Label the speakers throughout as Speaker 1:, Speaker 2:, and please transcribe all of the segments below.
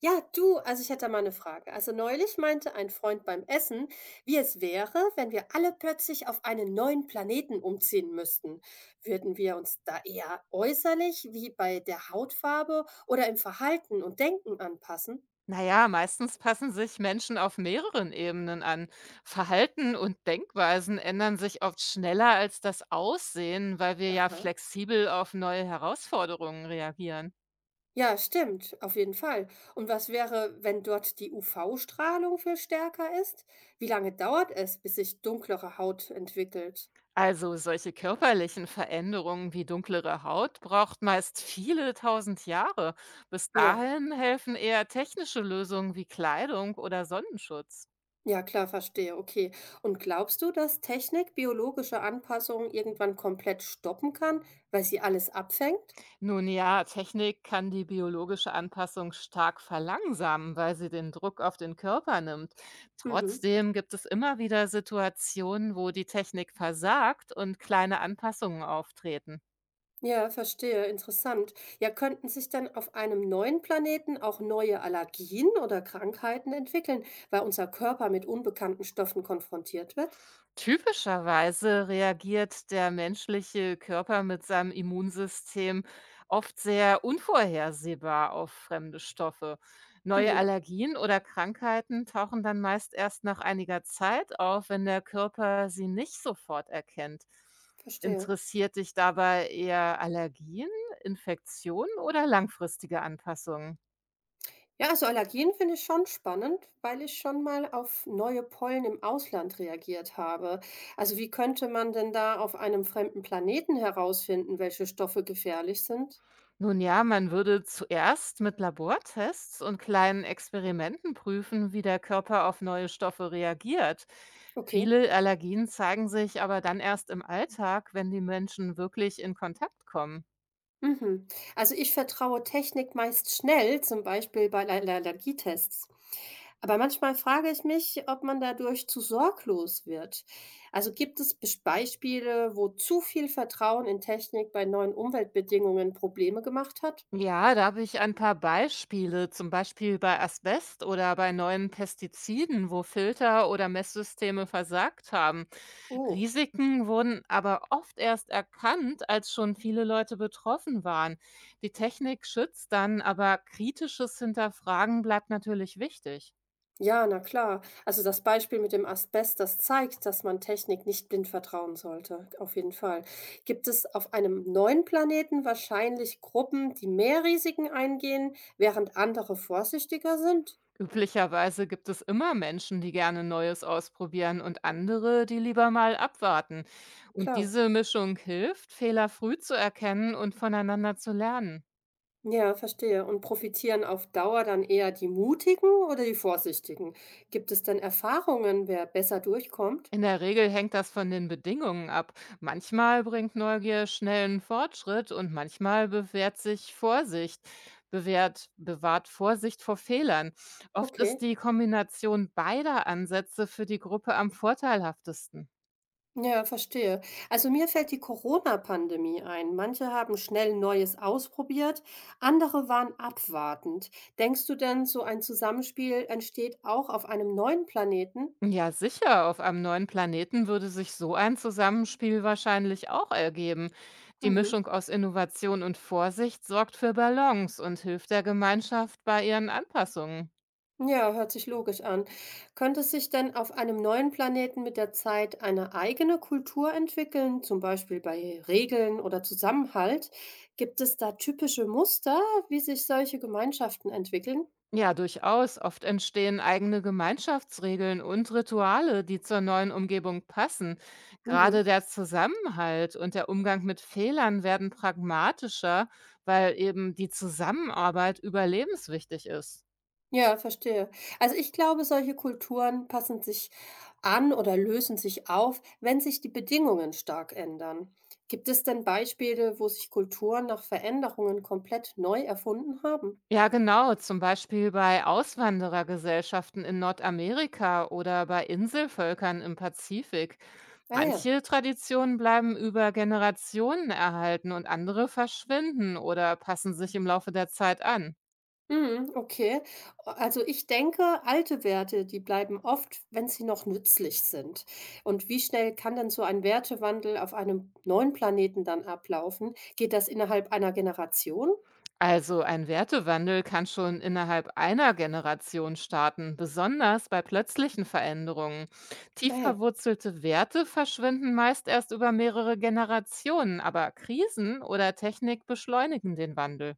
Speaker 1: Ja, du, also ich hätte da mal eine Frage. Also neulich meinte ein Freund beim Essen, wie es wäre, wenn wir alle plötzlich auf einen neuen Planeten umziehen müssten. Würden wir uns da eher äußerlich wie bei der Hautfarbe oder im Verhalten und Denken anpassen?
Speaker 2: Na ja, meistens passen sich Menschen auf mehreren Ebenen an. Verhalten und Denkweisen ändern sich oft schneller als das Aussehen, weil wir ja
Speaker 1: Aha.
Speaker 2: flexibel auf neue Herausforderungen reagieren.
Speaker 1: Ja, stimmt, auf jeden Fall. Und was wäre, wenn dort die UV-Strahlung viel stärker ist? Wie lange dauert es, bis sich dunklere Haut entwickelt?
Speaker 2: Also solche körperlichen Veränderungen wie dunklere Haut braucht meist viele tausend Jahre. Bis
Speaker 1: Ja.
Speaker 2: dahin helfen eher technische Lösungen wie Kleidung oder Sonnenschutz.
Speaker 1: Ja, klar, verstehe, okay. Und glaubst du, dass Technik biologische Anpassungen irgendwann komplett stoppen kann, weil sie alles abfängt?
Speaker 2: Nun ja, Technik kann die biologische Anpassung stark verlangsamen, weil sie den Druck auf den Körper nimmt.
Speaker 1: Mhm.
Speaker 2: Trotzdem gibt es immer wieder Situationen, wo die Technik versagt und kleine Anpassungen auftreten.
Speaker 1: Ja, verstehe, interessant. Ja, könnten sich dann auf einem neuen Planeten auch neue Allergien oder Krankheiten entwickeln, weil unser Körper mit unbekannten Stoffen konfrontiert wird?
Speaker 2: Typischerweise reagiert der menschliche Körper mit seinem Immunsystem oft sehr unvorhersehbar auf fremde Stoffe. Neue
Speaker 1: Mhm.
Speaker 2: Allergien oder Krankheiten tauchen dann meist erst nach einiger Zeit auf, wenn der Körper sie nicht sofort erkennt.
Speaker 1: Verstehe.
Speaker 2: Interessiert dich dabei eher Allergien, Infektionen oder langfristige Anpassungen?
Speaker 1: Ja, also Allergien finde ich schon spannend, weil ich schon mal auf neue Pollen im Ausland reagiert habe. Also wie könnte man denn da auf einem fremden Planeten herausfinden, welche Stoffe gefährlich sind?
Speaker 2: Nun ja, man würde zuerst mit Labortests und kleinen Experimenten prüfen, wie der Körper auf neue Stoffe reagiert.
Speaker 1: Okay.
Speaker 2: Viele Allergien zeigen sich aber dann erst im Alltag, wenn die Menschen wirklich in Kontakt kommen.
Speaker 1: Mhm. Also ich vertraue Technik meist schnell, zum Beispiel bei Allergietests. Aber manchmal frage ich mich, ob man dadurch zu sorglos wird. Also gibt es Beispiele, wo zu viel Vertrauen in Technik bei neuen Umweltbedingungen Probleme gemacht hat?
Speaker 2: Ja, da habe ich ein paar Beispiele, zum Beispiel bei Asbest oder bei neuen Pestiziden, wo Filter oder Messsysteme versagt haben.
Speaker 1: Oh.
Speaker 2: Risiken wurden aber oft erst erkannt, als schon viele Leute betroffen waren. Die Technik schützt dann, aber kritisches Hinterfragen bleibt natürlich wichtig.
Speaker 1: Ja, na klar. Also das Beispiel mit dem Asbest, das zeigt, dass man Technik nicht blind vertrauen sollte. Auf jeden Fall. Gibt es auf einem neuen Planeten wahrscheinlich Gruppen, die mehr Risiken eingehen, während andere vorsichtiger sind?
Speaker 2: Üblicherweise gibt es immer Menschen, die gerne Neues ausprobieren und andere, die lieber mal abwarten. Und
Speaker 1: Klar.
Speaker 2: diese Mischung hilft, Fehler früh zu erkennen und voneinander zu lernen.
Speaker 1: Ja, verstehe. Und profitieren auf Dauer dann eher die Mutigen oder die Vorsichtigen? Gibt es denn Erfahrungen, wer besser durchkommt?
Speaker 2: In der Regel hängt das von den Bedingungen ab. Manchmal bringt Neugier schnellen Fortschritt und manchmal bewährt sich Vorsicht, bewahrt Vorsicht vor Fehlern. Oft
Speaker 1: Okay.
Speaker 2: ist die Kombination beider Ansätze für die Gruppe am vorteilhaftesten.
Speaker 1: Ja, verstehe. Also mir fällt die Corona-Pandemie ein. Manche haben schnell Neues ausprobiert, andere waren abwartend. Denkst du denn, so ein Zusammenspiel entsteht auch auf einem neuen Planeten?
Speaker 2: Ja, sicher. Auf einem neuen Planeten würde sich so ein Zusammenspiel wahrscheinlich auch ergeben. Die
Speaker 1: Mhm.
Speaker 2: Mischung aus Innovation und Vorsicht sorgt für Balance und hilft der Gemeinschaft bei ihren Anpassungen.
Speaker 1: Ja, hört sich logisch an. Könnte sich denn auf einem neuen Planeten mit der Zeit eine eigene Kultur entwickeln, zum Beispiel bei Regeln oder Zusammenhalt? Gibt es da typische Muster, wie sich solche Gemeinschaften entwickeln?
Speaker 2: Ja, durchaus. Oft entstehen eigene Gemeinschaftsregeln und Rituale, die zur neuen Umgebung passen. Gerade
Speaker 1: Mhm.
Speaker 2: der Zusammenhalt und der Umgang mit Fehlern werden pragmatischer, weil eben die Zusammenarbeit überlebenswichtig ist.
Speaker 1: Ja, verstehe. Also, ich glaube, solche Kulturen passen sich an oder lösen sich auf, wenn sich die Bedingungen stark ändern. Gibt es denn Beispiele, wo sich Kulturen nach Veränderungen komplett neu erfunden haben?
Speaker 2: Ja, genau, zum Beispiel bei Auswanderergesellschaften in Nordamerika oder bei Inselvölkern im Pazifik.
Speaker 1: Ah ja.
Speaker 2: Manche Traditionen bleiben über Generationen erhalten und andere verschwinden oder passen sich im Laufe der Zeit an.
Speaker 1: Mhm, okay. Also ich denke, alte Werte, die bleiben oft, wenn sie noch nützlich sind. Und wie schnell kann denn so ein Wertewandel auf einem neuen Planeten dann ablaufen? Geht das innerhalb einer Generation?
Speaker 2: Also ein Wertewandel kann schon innerhalb einer Generation starten, besonders bei plötzlichen Veränderungen.
Speaker 1: Ah
Speaker 2: Tief
Speaker 1: ja.
Speaker 2: verwurzelte Werte verschwinden meist erst über mehrere Generationen, aber Krisen oder Technik beschleunigen den Wandel.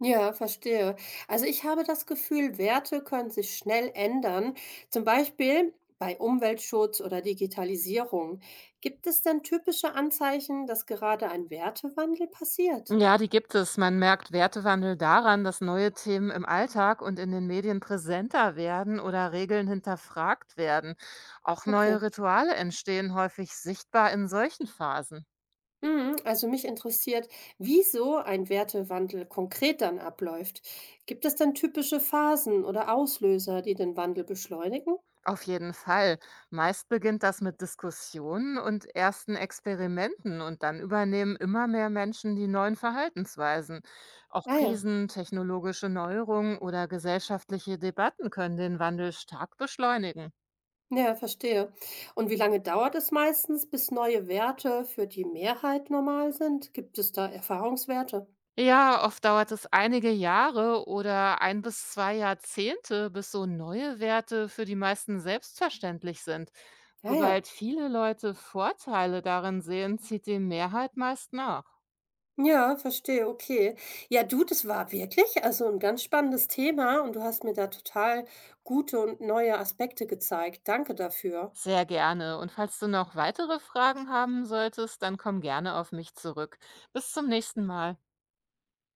Speaker 1: Ja, verstehe. Also ich habe das Gefühl, Werte können sich schnell ändern, zum Beispiel bei Umweltschutz oder Digitalisierung. Gibt es denn typische Anzeichen, dass gerade ein Wertewandel passiert?
Speaker 2: Ja, die gibt es. Man merkt Wertewandel daran, dass neue Themen im Alltag und in den Medien präsenter werden oder Regeln hinterfragt werden. Auch neue
Speaker 1: Okay.
Speaker 2: Rituale entstehen häufig sichtbar in solchen Phasen.
Speaker 1: Mhm, also mich interessiert, wieso ein Wertewandel konkret dann abläuft. Gibt es denn typische Phasen oder Auslöser, die den Wandel beschleunigen?
Speaker 2: Auf jeden Fall. Meist beginnt das mit Diskussionen und ersten Experimenten und dann übernehmen immer mehr Menschen die neuen Verhaltensweisen. Auch
Speaker 1: Ah ja.
Speaker 2: Krisen, technologische Neuerungen oder gesellschaftliche Debatten können den Wandel stark beschleunigen.
Speaker 1: Ja, verstehe. Und wie lange dauert es meistens, bis neue Werte für die Mehrheit normal sind? Gibt es da Erfahrungswerte?
Speaker 2: Ja, oft dauert es einige Jahre oder 1 bis 2 Jahrzehnte, bis so neue Werte für die meisten selbstverständlich sind.
Speaker 1: Ja, ja.
Speaker 2: Sobald viele Leute Vorteile darin sehen, zieht die Mehrheit meist nach.
Speaker 1: Ja, verstehe, okay. Ja, du, das war wirklich also ein ganz spannendes Thema und du hast mir da total gute und neue Aspekte gezeigt. Danke dafür.
Speaker 2: Sehr gerne. Und falls du noch weitere Fragen haben solltest, dann komm gerne auf mich zurück. Bis zum nächsten Mal.